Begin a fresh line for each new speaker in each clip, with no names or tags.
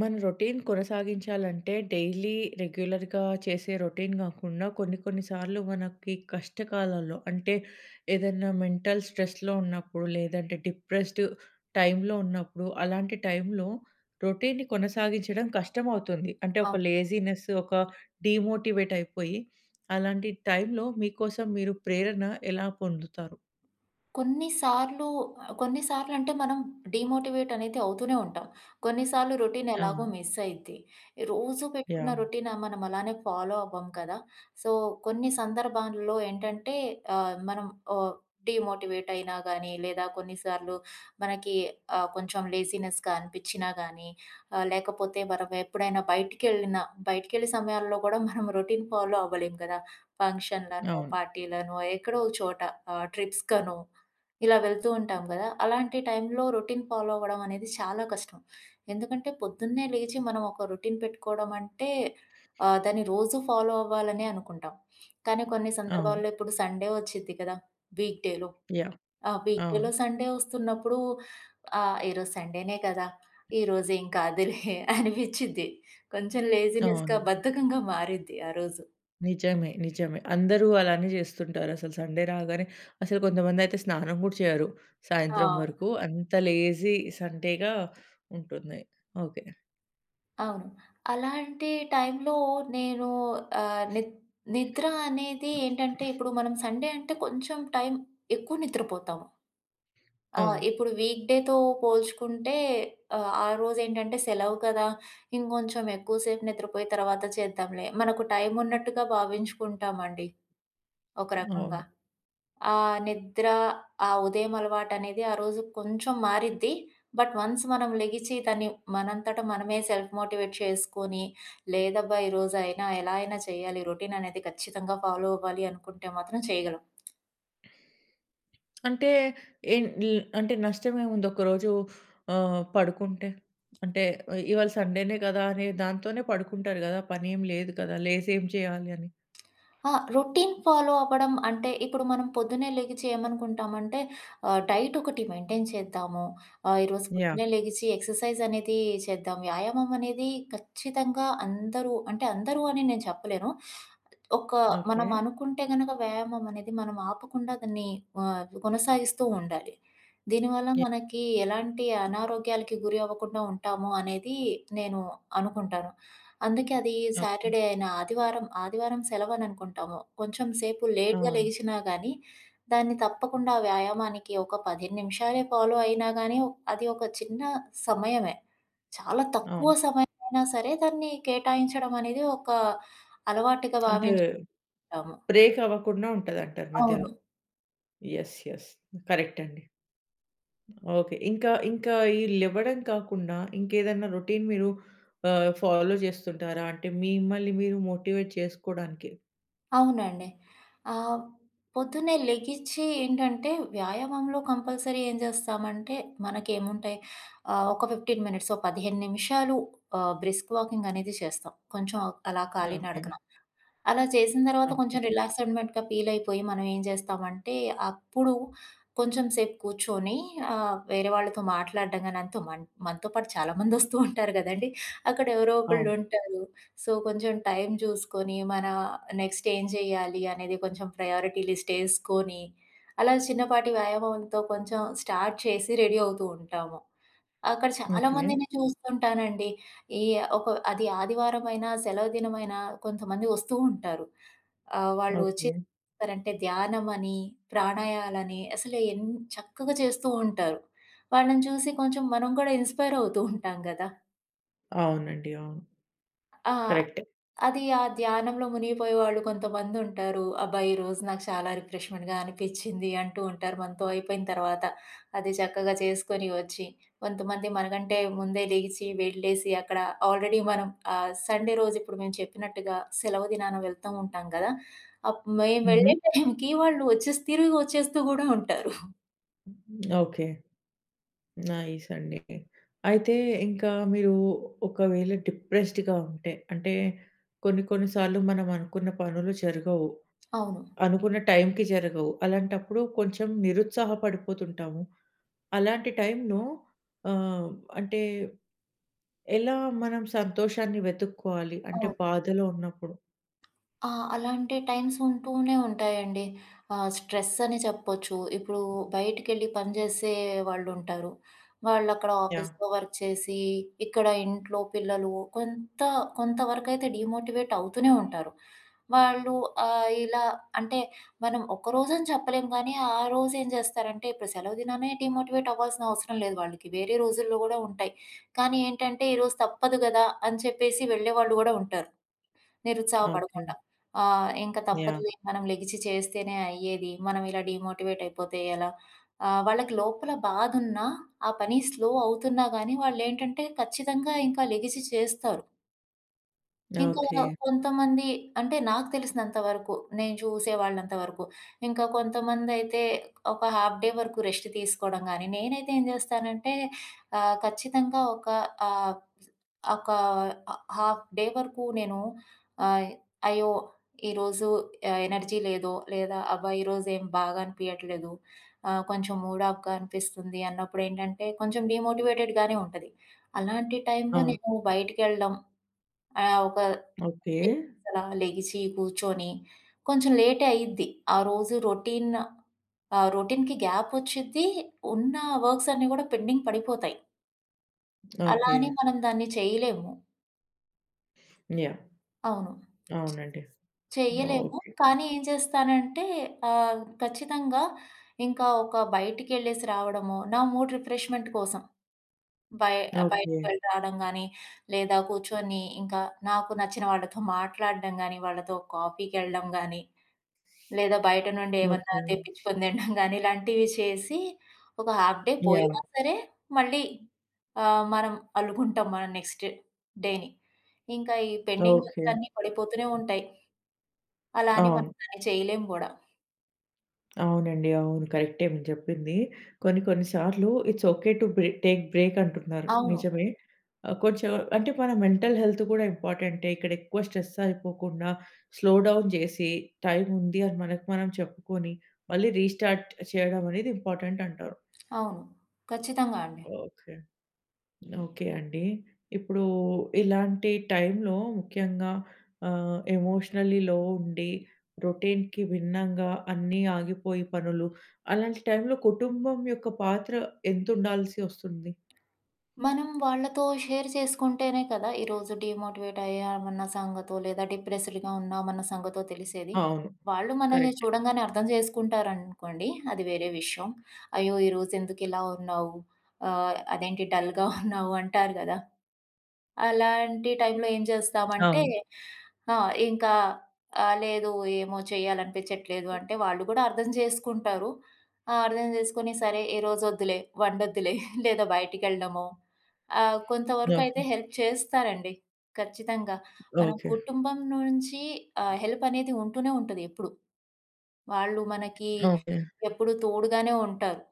మన routine కొనసాగించాలంటే daily రెగ్యులర్‌గా చేసే రొటీన్ గాకుండా కొన్ని కొన్ని సార్లు మనకి కష్టకాలాల్లో అంటే ఏదైనా మెంటల్ స్ట్రెస్‌లో ఉన్నప్పుడు లేదంటే డిప్రెస్డ్ టైమ్‌లో ఉన్నప్పుడు అలాంటి టైంలో రొటీన్‌ని కొనసాగించడం కష్టమవుతుంది. అంటే ఒక
అవును.
లేజీనెస్, ఒక డీమోటివేట్ అయిపోయి అలాంటి టైంలో మీకోసం మీరు ప్రేరణ ఎలా పొందుతారు?
కొన్ని సార్లు కొన్ని సార్లంటే మనం డీమోటివేట్ అనేది అవుతూనే ఉంటాం. కొన్ని సార్లు రొటీన్ ఎలాగో
అవును.
మిస్ అయిద్ది. రోజు పెట్టుకున్న
యాహ్, అవును.
రొటీన్ మనం అలానే ఫాలో అవ్వం కదా! సో, కొన్ని సందర్భాల్లో ఏంటంటే మనం ఆహ్, డీమోటివేట్ అయినా గానీ, లేదా కొన్నిసార్లు మనకి కొంచెం లేజీనెస్‌గా అనిపిచ్చినా గానీ, లేకపోతే మనం ఎప్పుడైనా బయటికెళ్ళే సమయాల్లో గూడా మనం రొటీన్ ఫాలో అవ్వలేం కదా! ఫంక్షన్‌లనో,
అవును.
పార్టీలనో, ఎక్కడో ఒక చోట ట్రిప్స్‌కనో ఇలా వెళ్తూ ఉంటాం గదా! అలాంటి టైంలో రొటీన్ ఫాలో అవ్వడం అనేది చాలా కష్టం. ఎందుకంటే పొద్దున్నే లేచి మనం ఒక రొటీన్ పెట్టుకోవడం అంటే దాన్ని రోజు ఫాలో అవ్వాలనే అనుకుంటాం. కానీ కొన్ని
అవును.
సందర్భాల్లో ఇప్పుడు సండే వచ్చిద్ది కదా! వీక్ డేలో.
యాహ్,
ఆ! వీక్
అవును.
డేలో సండే వస్తున్నప్పుడు ఈరోజు సండేనే కదా! ఈరోజు ఏం కాదులే అనిపిచ్చిద్ది. కొంచెం లేజినెస్‌గా
అవును.
బద్ధకంగా మారిద్ది ఆ రోజు.
నిజమే. నిజమే. అందరూ అలానే జేస్తుంటారు. అసలు సండే రాగానే అసలు కొంతమందయితే స్నానం గూడా చేయరు సాయంత్రం
ఆ!
వరకు. అంత లేజీ సండేగా ఉంటుంది. ఓకే.
అవును. అలాంటి టైంలో నేను ఆహ్, నిద్ నిద్ర అనేది ఏంటంటే, ఇప్పుడు మనం సండే అంటే కొంచెం టైం ఎక్కువ నిద్రపోతాము.
అవును.
ఇప్పుడు వీక్‌డే‌తో పోల్చుకుంటే ఆ రోజేంటంటే సెలవు కదా! ఇంకొంచెం ఎక్కువ సేపు నిద్రపోయి తర్వాత చేద్దాంలే. మనకు టైం ఉన్నట్టుగా భావించుకుంటామండి ఒక రకంగా.
అవును.
ఆ నిద్ర, ఆ ఉదయం అలవాటనేది ఆ రోజు కొంచెం మారిద్ది. బట్ వన్స్ మనం లెగిచి దాన్ని మనంతట మనమే సెల్ఫ్ మోటివేట్ చేసుకొని, లేదబ్బా! ఈరోజైనా ఎలా అయినా చేయాలి. రొటీననేది ఖచ్చితంగా ఫాలో అవ్వాలి అనుకుంటే మాత్రం చేయగలం.
అంటే ఏన్ ల్ అంటే నష్టమేముంది ఒకరోజు పడుకుంటే? అంటే ఇవాళ సండేనే కదా అనే దాంతోనే పడుకుంటారు గదా! పనేం లేదు కదా! లేసి ఏం చేయాలి అని.
ఆ! రొటీన్ ఫాలో అవ్వడం అంటే, ఇప్పుడు మనం పొద్దున్నే లెగిచి ఏమనుకుంటామంటే డైట్ ఒకటి మెయింటైన్ చేద్దాము. ఈరోజు
యాహ్!
పొద్దున్నే లెగిచి ఎక్సర్సైజ్ అనేది చేద్దాం. వ్యాయామం అనేది ఖచ్చితంగా అందరూ అంటే అందరూ అని నేను చెప్పలేను. ఒక
ఓకే.
మనం అనుకుంటే గనక వ్యాయామం అనేది మనం ఆపకుండా దాన్ని కొనసాగిస్తూ ఉండాలి. దీనివల్ల
యాహ్!
మనకి ఎలాంటి అనారోగ్యాలకి గురి అవ్వకుండా ఉంటాము అనేది నేను అనుకుంటాను. అందుకే అది
అవును.
సాటర్‌డే అయినా, ఆదివారం, ఆదివారం సెలవని అనుకుంటాము. కొంచెం సేపు లేట్‌గా
అవును.
లెగిసినా గానీ, దాన్ని తప్పకుండా వ్యాయామానికి ఒక 15 నిమిషాలే ఫాలో అయినా గానీ, అది ఒక చిన్న సమయమే. చాలా తక్కువ
అవును.
సమయమైనా సరే దాన్ని కేటాయించడం అనేది ఒక అలవాటుగా
అంటే
భావించుకుంటాము.
బ్రేక్ అవ్వకుండా ఉంటదంటారు
అవును.
మధ్యలో. యెస్. యెస్. కరెక్ట్ అండి. ఓకే. ఇంకా ఈ లెవ్వడం కాకుండా ఇంకేదన్నా రొటీన్ మీరు ఫాలో చేస్తుంటారా? అంటే మిమ్మల్ని మీరు మోటివేట్ చేసుకోడానికి.
అవునండి. ఆహ్, పొద్దున్నే లెగిచి ఏంటంటే వ్యాయామంలో కంపల్సరీ ఏం చేస్తామంటే మనకేముంటాయి ఒక 15 మినిట్స్, ఓ 15 నిమిషాలు బ్రిస్క్ వాకింగ్ అనేది చేస్తాం. కొంచెం అలా
ఓకే.
కాలినడకన. అలా చేసిన తర్వాత కొంచెం
ఓకే.
రిలాక్స్‌మెంట్‌గా ఫీల్ అయిపోయి మనం ఏం చేస్తామంటే, అప్పుడు కొంచెం సేపు కూర్చొని వేరే వాళ్ళతో మాట్లాడడం గాని అంతో మనతో పాటు చాలామందొస్తూ ఉంటారు గదండీ. అక్కడ ఎవరో ఒకళ్ళు
అవును.
ఉంటారు. సో, కొంచెం టైం చూసుకొని మన నెక్స్ట్ ఏం చేయాలి అనేది కొంచెం ప్రయారిటీ లిస్ట్ ఏసుకొని, అలా చిన్నపాటి వ్యాయామంతో కొంచెం స్టార్ట్ చేసి రెడీ అవుతూ ఉంటాము. అక్కడ చాలా
ఓకే.
మందిని చూస్తుంటానండి. ఈ ఒక అది ఆదివారమైనా, సెలవు దినమైనా కొంతమంది వస్తూ ఉంటారు. వాళ్ళు వచ్చి
ఓకే.
చేస్తారంటే ధ్యానమని, ప్రాణాయాలని అసలు చక్కగా చేస్తూ ఉంటారు. వాళ్ళని చూసి కొంచెం మనం కూడా ఇన్‌స్పైర్ అవుతూ ఉంటాం గదా!
అవునండి. అవును.
ఆ!
కరెక్టే.
అది ఆ ధ్యానంలో మునిగిపోయే వాళ్ళు కొంతమందుంటారు. అబ్బా! ఈరోజు నాకు చాలా రిఫ్రెష్‌మెంట్‌గా అనిపిచ్చింది అంటూ ఉంటారు మనతో అయిపోయిన తర్వాత. అది చక్కగా చేసుకొని వచ్చి. కొంతమంది మనకంటే ముందే లెగిచి, వెళ్ళేసి అక్కడ ఆల్రెడీ మనం సండే రోజు ఇప్పుడు మేము చెప్పినట్టుగా సెలవు దినాన వెళ్తూ ఉంటాం గదా! అప్ మేము
హుహు.
వెళ్ళే టైంకి వాళ్ళు వచ్చేసి తిరిగి వచ్చేస్తూ గూడా ఉంటారు.
ఓకే. నైస్ అండి. అయితే ఇంకా మీరు ఒకవేళ డిప్రెస్డ్‌గా ఉంటే అంటే కొన్ని కొన్ని సార్లు మనం అనుకున్న పనులు జరగవు.
అవును.
అనుకున్న టైంకి జరగవు. అలాంటప్పుడు కొంచెం నిరుత్సాహపడిపోతుంటాము. అలాంటి టైంలో ఆహ్, అంటే ఎలా మనం సంతోషాన్ని వెతుక్కోవాలి? అంటే
అవును.
బాధలో ఉన్నప్పుడు?
ఆ! అలాంటి టైమ్స్ ఉంటూనే ఉంటాయండి. స్ట్రెస్ అని చెప్పొచ్చు. ఇప్పుడు బయటికెళ్ళి పని జేసే వాళ్ళుంటారు. వాళ్ళక్కడ
యాహ్!
ఆఫీస్‌లో వర్క్ చేసి, ఇక్కడ ఇంట్లో పిల్లలు కొంత కొంత వరకైతే డీమోటివేట్ అవుతూనే ఉంటారు. వాళ్ళు ఇలా అంటే మనం ఒక్కరోజని చెప్పలేం గానీ, ఆ రోజేం జేస్తారంటే ఇప్పుడు సెలవు దినానే డీమోటివేట్ అవ్వాల్సిన అవసరం లేదు వాళ్ళకి. వేరే రోజుల్లో గూడా ఉంటాయి. కానీ ఏంటంటే, ఈరోజు తప్పదు గదా! అని చెప్పేసి వెళ్ళేవాళ్ళు గూడా ఉంటారు.
ఓకే.
నిరుత్సాహపడకుండా. ఇంక
యాహ్!
తప్పదులే మనం లెగిచి చేస్తేనే అయ్యేది. మనం ఇలా డీమోటివేట్ అయిపోతే ఎలా? వాళ్ళకి లోపల బాధున్నా, ఆ పని స్లో అవుతున్నా గానీ వాళ్ళేంటంటే ఖచ్చితంగా ఇంకా లెగిసి చేస్తారు. ఇంకా
ఓకే.
కొంతమంది అంటే నాకు తెలిసినంత వరకు, నేను చూసే వాళ్ళంత వరకు. ఇంకా కొంతమందయితే ఒక హాఫ్ డే వరకు రెస్ట్ తీసుకోవడం గానీ, నేనైతే ఏం జేస్తానంటే ఖచ్చితంగా ఒక ఆహ్, ఒక హాఫ్ డే వరకు నేను ఆహ్, అయ్యో! ఈరోజు ఎనర్జీ లేదు. లేదా అబ్బా! ఈరోజు ఏం బాగా అనిపియట్లేదు. కొంచెం మూడ్ ఆఫ్‌గా అనిపిస్తుంది అన్నప్పుడేంటంటే కొంచెం డీమోటివేటెడ్‌గానే ఉంటది. అలాంటి టైంలో
అవును.
నేను బయటికెళ్ళడం ఒక 10
ఓకే.
మినిట్స్ అలా లెగిసి కూర్చొని కొంచెం లేటే అయిద్ది. ఆ రోజు రొటీన్ రొటీన్‌కి గ్యాప్ వచ్చిద్ది. ఉన్న వర్క్స్ అన్నీ గూడా పెండింగ్ పడిపోతాయి. అలా
ఓకే.
అని మనం దాన్ని చేయలేము.
యాహ్!
అవును.
అవునండి.
చెయ్యలేము.
ఓకే.
కానీ ఏం చేస్తానంటే ఖచ్చితంగా ఇంకా ఒక బయటికెళ్ళేసి రావడమో, నా మూడ్ రిఫ్రెష్‌మెంట్ కోసం బయ
ఓకే.
బయటికి వెళ్ళి రావడం గానీ, లేదా కూర్చొని ఇంకా నాకు నచ్చిన వాళ్ళతో మాట్లాడడం గానీ, వాళ్ళతో కాఫీకెళ్ళడం గానీ, లేదా బయట నుండి ఏమన్నా
ఓకే.
తెప్పించుకొని తినడం గానీ, ఇలాంటివి చేసి ఒక హాఫ్ డే
యాహ్!
పోయినా సరే మళ్ళీ మనం అల్లుకుంటాం మన నెక్స్ట్ డేని. ఇంకా ఈ పెండింగ్
ఓకే.
వర్క్స్ అన్నీ పడిపోతూనే ఉంటాయి. అలా అని మనం
అవును.
దాన్ని చేయలేం గూడా.
అవునండి. అవును. కరెక్టే మీరు చెప్పింది. కొన్ని కొన్ని సార్లు it's okay to take break అంటున్నారు.
అవును.
నిజమే. కొంచెం అంటే మన మెంటల్ హెల్త్ కూడా ఇంపార్టెంటే. ఇక్కడ ఎక్కువ స్ట్రెస్ అయిపోకుండా స్లో డౌన్ చేసి టైమ్ ఉంది అని మనకు మనం చెప్పుకొని మళ్ళీ రీస్టార్ట్ చేయడం అనేది ఇంపార్టెంట్ అంటారు.
అవును. ఖచ్చితంగా అండి.
ఓకే. ఓకే అండి. ఇప్పుడు ఇలాంటి టైంలో ముఖ్యంగా ఎమోషనల్లీ లో ఉండి, రొటీన్‌కి భిన్నంగా అన్నీ ఆగిపోయి పనులు, అలాంటి టైంలో కుటుంబం యొక్క పాత్ర ఎంతుండాల్సి వస్తుంది?
మనం వాళ్ళతో షేర్ చేసుకుంటేనే కదా ఈరోజు డీమోటివేట్ అయ్యామన్న సంగతో, లేదా డిప్రెస్డ్‌గా ఉన్నామన్న సంగతో తెలిసేది.
అవును.
వాళ్ళు మనల్ని
కరెక్టే.
చూడంగానే అర్థం చేసుకుంటారనుకోండి, అది వేరే విషయం. అయ్యో! ఈరోజు ఎందుకిలా ఉన్నావు? అదేంటి డల్‌గా ఉన్నావు అంటారు గదా! అలాంటి టైంలో ఏం చేస్తామంటే
అవును.
ఆ! ఇంకా లేదు ఏమో చేయాలనిపించట్లేదు అంటే వాళ్ళు కూడా అర్థం చేసుకుంటారు. ఆ! అర్థం చేసుకొని సరే ఈ రోజొద్దులే, వండొద్దులే లేదా బయటికెళ్ళడమో కొంతవరకు అయితే
ఓకే.
హెల్ప్ చేస్తారండి. ఖచ్చితంగా. మనం
ఓకే.
కుటుంబం నుంచి హెల్ప్ అనేది ఉంటూనే ఉంటది ఎప్పుడు. వాళ్ళు మనకి
ఓకే.
ఎప్పుడు తోడుగానే ఉంటారు.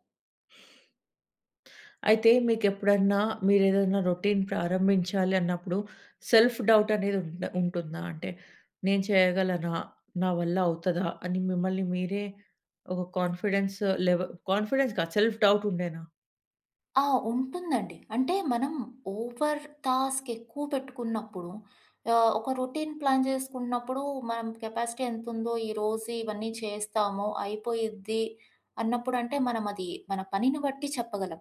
అయితే మీకెప్పుడన్నా మీరేదైనా రొటీన్ ప్రారంభించాలి అన్నప్పుడు సెల్ఫ్ డౌట్ అనేది ఉంటుందా? అంటే నేను చేయగలనా? నా వల్ల అవుతదా? అని మిమ్మల్ని మీరే ఒక లెవె కాన్ఫిడెన్స్ కాదు, సెల్ఫ్ డౌట్ ఉండేనా?
ఆ! ఉంటుందండి. అంటే మనం ఓవర్ టాస్క్ ఎక్కువ పెట్టుకున్నప్పుడు ఒక రొటీన్ ప్లాన్ చేసుకున్నప్పుడు మనం కెపాసిటీ ఎంతుందో, ఈరోజు ఇవన్నీ చేస్తాము, అయిపోయిద్ది అన్నప్పుడు అంటే మనం అది మన పనిని బట్టి చెప్పగలం.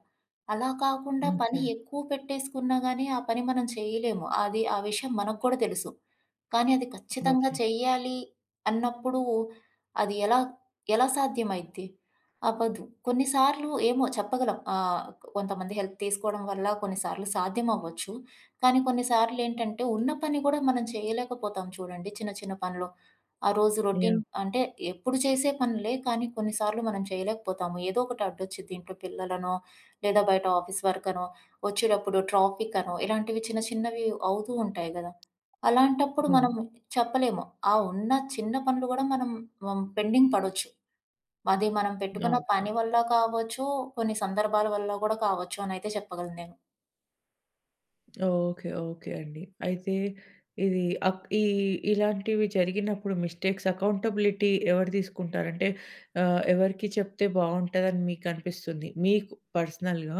అలా కాకుండా పని
ఓకే.
ఎక్కువ పెట్టేసుకున్నా గానీ ఆ పని మనం చేయలేము. అది ఆ విషయం మనకు కూడా తెలుసు. కానీ అది ఖచ్చితంగా
ఓకే.
చెయ్యాలి అన్నప్పుడు అది ఎలా ఎలా సాధ్యమైద్ది? అవ్వదు. కొన్నిసార్లు ఏమో చెప్పగలం. కొంతమంది హెల్ప్ తీసుకోవడం వల్ల కొన్నిసార్లు సాధ్యం అవ్వచ్చు. కానీ కొన్నిసార్లేంటంటే ఉన్న పని కూడా మనం చేయలేకపోతాం చూడండి చిన్న చిన్న పనులు. ఆ రోజు రొటీన్
యాహ్!
అంటే ఎప్పుడు చేసే పనులే కానీ కొన్నిసార్లు మనం చేయలేకపోతాము. ఏదో ఒకటి అడ్డొచ్చిద్ది. ఇంట్లో పిల్లలనో, లేదా బయట ఆఫీస్ వర్క్ అనో, వచ్చేటప్పుడు ట్రాఫిక్ అనో ఇలాంటివి చిన్న చిన్నవి అవుతూ ఉంటాయి గదా! అలాంటప్పుడు
అవును.
మనం చెప్పలేము. ఆ ఉన్న చిన్న పనులు గూడా మనం పెండింగ్ పడొచ్చు. అది మనం పెట్టుకున్న
ఓకే.
పని వల్ల కావచ్చు, కొన్ని సందర్భాల వల్ల గూడా కావచ్చు అనైతే చెప్పగలను నేను.
ఓకే. ఓకే అండి. అయితే ఇది అక్ ఈ ఇలాంటివి జరిగినప్పుడు మిస్టేక్స్ అకౌంటబిలిటీ ఎవరు తీసుకుంటారు? అంటే ఎవరికి చెప్తే బావుంటదని మీకనిపిస్తుంది? మీకు పర్సనల్‌గా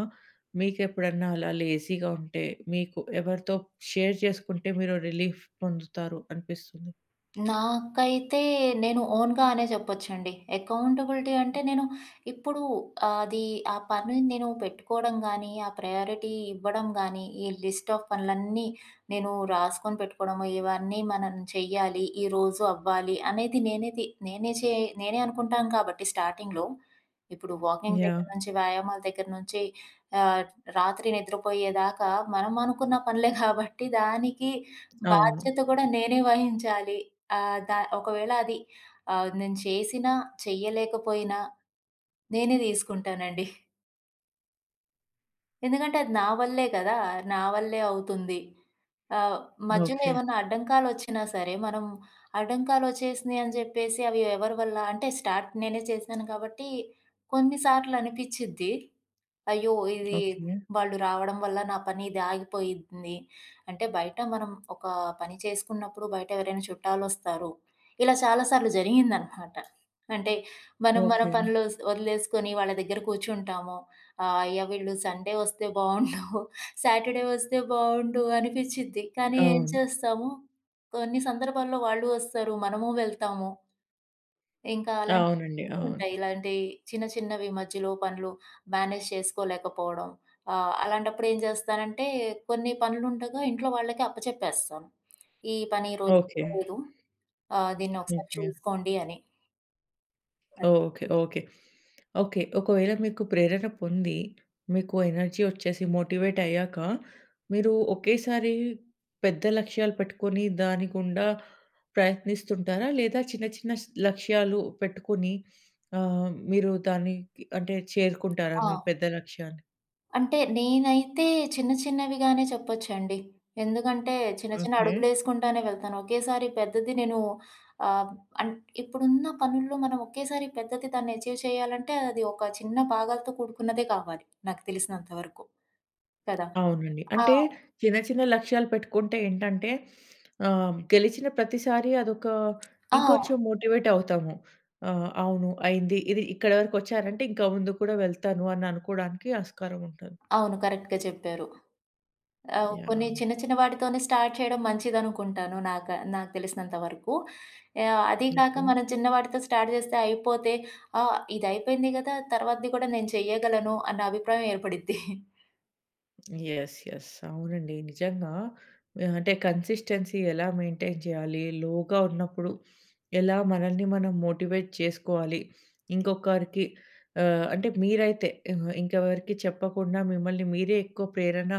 మీకెప్పుడన్నా అలా లేజీగా ఉంటే, మీకు ఎవరితో షేర్ చేసుకుంటే మీరు రిలీఫ్ పొందుతారు అనిపిస్తుంది?
నాకైతే నేను ఓన్‌గా అనే చెప్పొచ్చండి. అకౌంటబిలిటీ అంటే నేను ఇప్పుడు అది ఆ పనిని నేను పెట్టుకోవడం గానీ, ఆ ప్రయారిటీ ఇవ్వడం గానీ, ఈ లిస్ట్ ఆఫ్ పనులన్నీ నేను రాసుకొని పెట్టుకోవడము, ఇవన్నీ మనం చెయ్యాలి, ఈరోజు అవ్వాలి అనేది నేనేది నేనే చే నేనే అనుకుంటాను కాబట్టి స్టార్టింగ్‌లో ఇప్పుడు వాకింగ్ దగ్గర
యాహ్!
నుంచి, వ్యాయామాల దగ్గర నుంచి ఆహ్, రాత్రి నిద్రపోయేదాకా మనం అనుకున్న పనులే కాబట్టి దానికి
అవును.
బాధ్యత కూడా నేనే వహించాలి. ఆహ్, దా ఒకవేళ అది నేను చేసినా, చెయ్యలేకపోయినా నేనే తీసుకుంటానండి. ఎందుకంటే అది నా వల్లే కదా! నా వల్లే అవుతుంది. ఆహ్, మధ్యలో
ఓకే.
ఏమన్నా అడ్డంకాలొచ్చినా సరే, మనం అడ్డంకాలొచ్చేసినాయి అని జెప్పేసి అవి ఎవరి వల్ల అంటే స్టార్ట్ నేనే చేశాను కాబట్టి, కొన్ని సార్లు అనిపిచ్చిద్ది. అయ్యో! ఇది
ఓకే.
వాళ్ళు రావడం వల్ల నా పని ఇది ఆగిపోయింది. అంటే బయట మనం ఒక పని చేసుకున్నప్పుడు బయట ఎవరైనా చుట్టాలొస్తారు. ఇలా చాలా సార్లు జరిగిందనమాట. అంటే మనం మన
ఓకే.
పనులు వదిలేసుకొని వాళ్ళ దగ్గర కూర్చుంటాము. ఆ! అయ్యా! వీళ్ళు సండే వస్తే బావుండు, సాటర్‌డే వస్తే బావుండు అనిపిచ్చిద్ది. కానీ ఏం
అవును.
చేస్తాము, కొన్ని సందర్భాల్లో వాళ్ళు వస్తారు, మనము వెళ్తాము. ఇంకా అలాంటివి
అవునండి. అవును.
ఉంటాయి. ఇలాంటి చిన్న చిన్నవి మధ్యలో పనులు మేనేజ్ చేసుకోలేకపోవడం. అలాంటప్పుడు ఏం చేస్తానంటే కొన్ని పనులుండగా ఇంట్లో వాళ్ళకి అప్పచెప్పేస్తాను. ఈ పని ఈరోజు
ఓకే.
అవ్వలేదు. దీన్నొకసారి
ఓకే.
చూసుకోండి అని. అది.
ఓకే. ఓకే. ఓకే. ఒకవేళ మీకు ప్రేరణ పొంది, మీకు ఎనర్జీ ఒచ్చేసి మోటివేట్ అయ్యాక, మీరు ఒకేసారి పెద్ద లక్ష్యాలు పెట్టుకొని దాని గుండా ప్రయత్నిస్తుంటారా? లేదా చిన్న చిన్న లక్ష్యాలు పెట్టుకొని మీరు దానికి అంటే చేరుకుంటారా
ఆ!
మీ పెద్ద లక్ష్యాన్ని?
అంటే నేనైతే చిన్న చిన్నవిగానే చెప్పొచ్చండి. ఎందుకంటే చిన్న చిన్న
ఓకే.
అడుగులేసుకుంటానే వెళ్తాను. ఒకేసారి పెద్దది నేను ఆహ్, అన్ ఇప్పుడున్న పనుల్లో మనం ఒకేసారి పెద్దది దాన్ని అచీవ్ చేయాలంటే అది ఒక చిన్న భాగాలతో కూడుకున్నదే కావాలి నాకు తెలిసినంత వరకు కదా!
అవునండి.
ఆ!
అంటే చిన్న, చిన్న లక్ష్యాలు పెట్టుకుంటే ఏంటంటే గెలిచిన ప్రతిసారి అదొక
ఆ!
ఇంకొంచెం మోటివేట్ అవుతాము. అవును అయింది. ఇది ఇక్కడి వరకు వచ్చానంటే ఇంకా ముందుకు కూడా వెళ్తాను అని అనుకోవడానికి ఆస్కారం ఉంటుంది.
అవును. కరెక్ట్‌గా చెప్పారు. కొన్ని
యాహ్!
చిన్న చిన్న వాటితోనే స్టార్ట్ చేయడం మంచిదనుకుంటాను. నాకు తెలిసినంత వరకు. యాహ్! అదీ కాక
ఓకే.
మనం చిన్న వాటితో స్టార్ట్ చేస్తే అయిపోతే, ఆ! ఇదయిపోయింది గదా! తర్వాతది కూడా నేను చెయ్యగలను అన్న అభిప్రాయం ఏర్పడిద్ది.
యెస్. యెస్. అవునండి. నిజంగా అంటే కన్సిస్టెన్సీ ఎలా మెయింటైన్ చేయాలి? లోగా ఉన్నప్పుడు ఎలా మనల్ని మనం మోటివేట్ చేసుకోవాలి? ఇంకొకరికి అంటే మీరైతే ఇంకెవరికీ చెప్పకుండా మిమ్మల్ని మీరే ఎక్కువ ప్రేరణ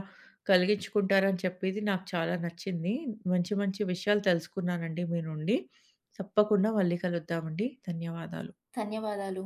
కలిగించుకుంటారని చెప్పేది నాకు చాలా నచ్చింది. మంచి మంచి విషయాలు తెలుసుకున్నానండి మీ నుండి. తప్పకుండా మళ్ళీ కలుద్దామండి. ధన్యవాదాలు.
ధన్యవాదాలు.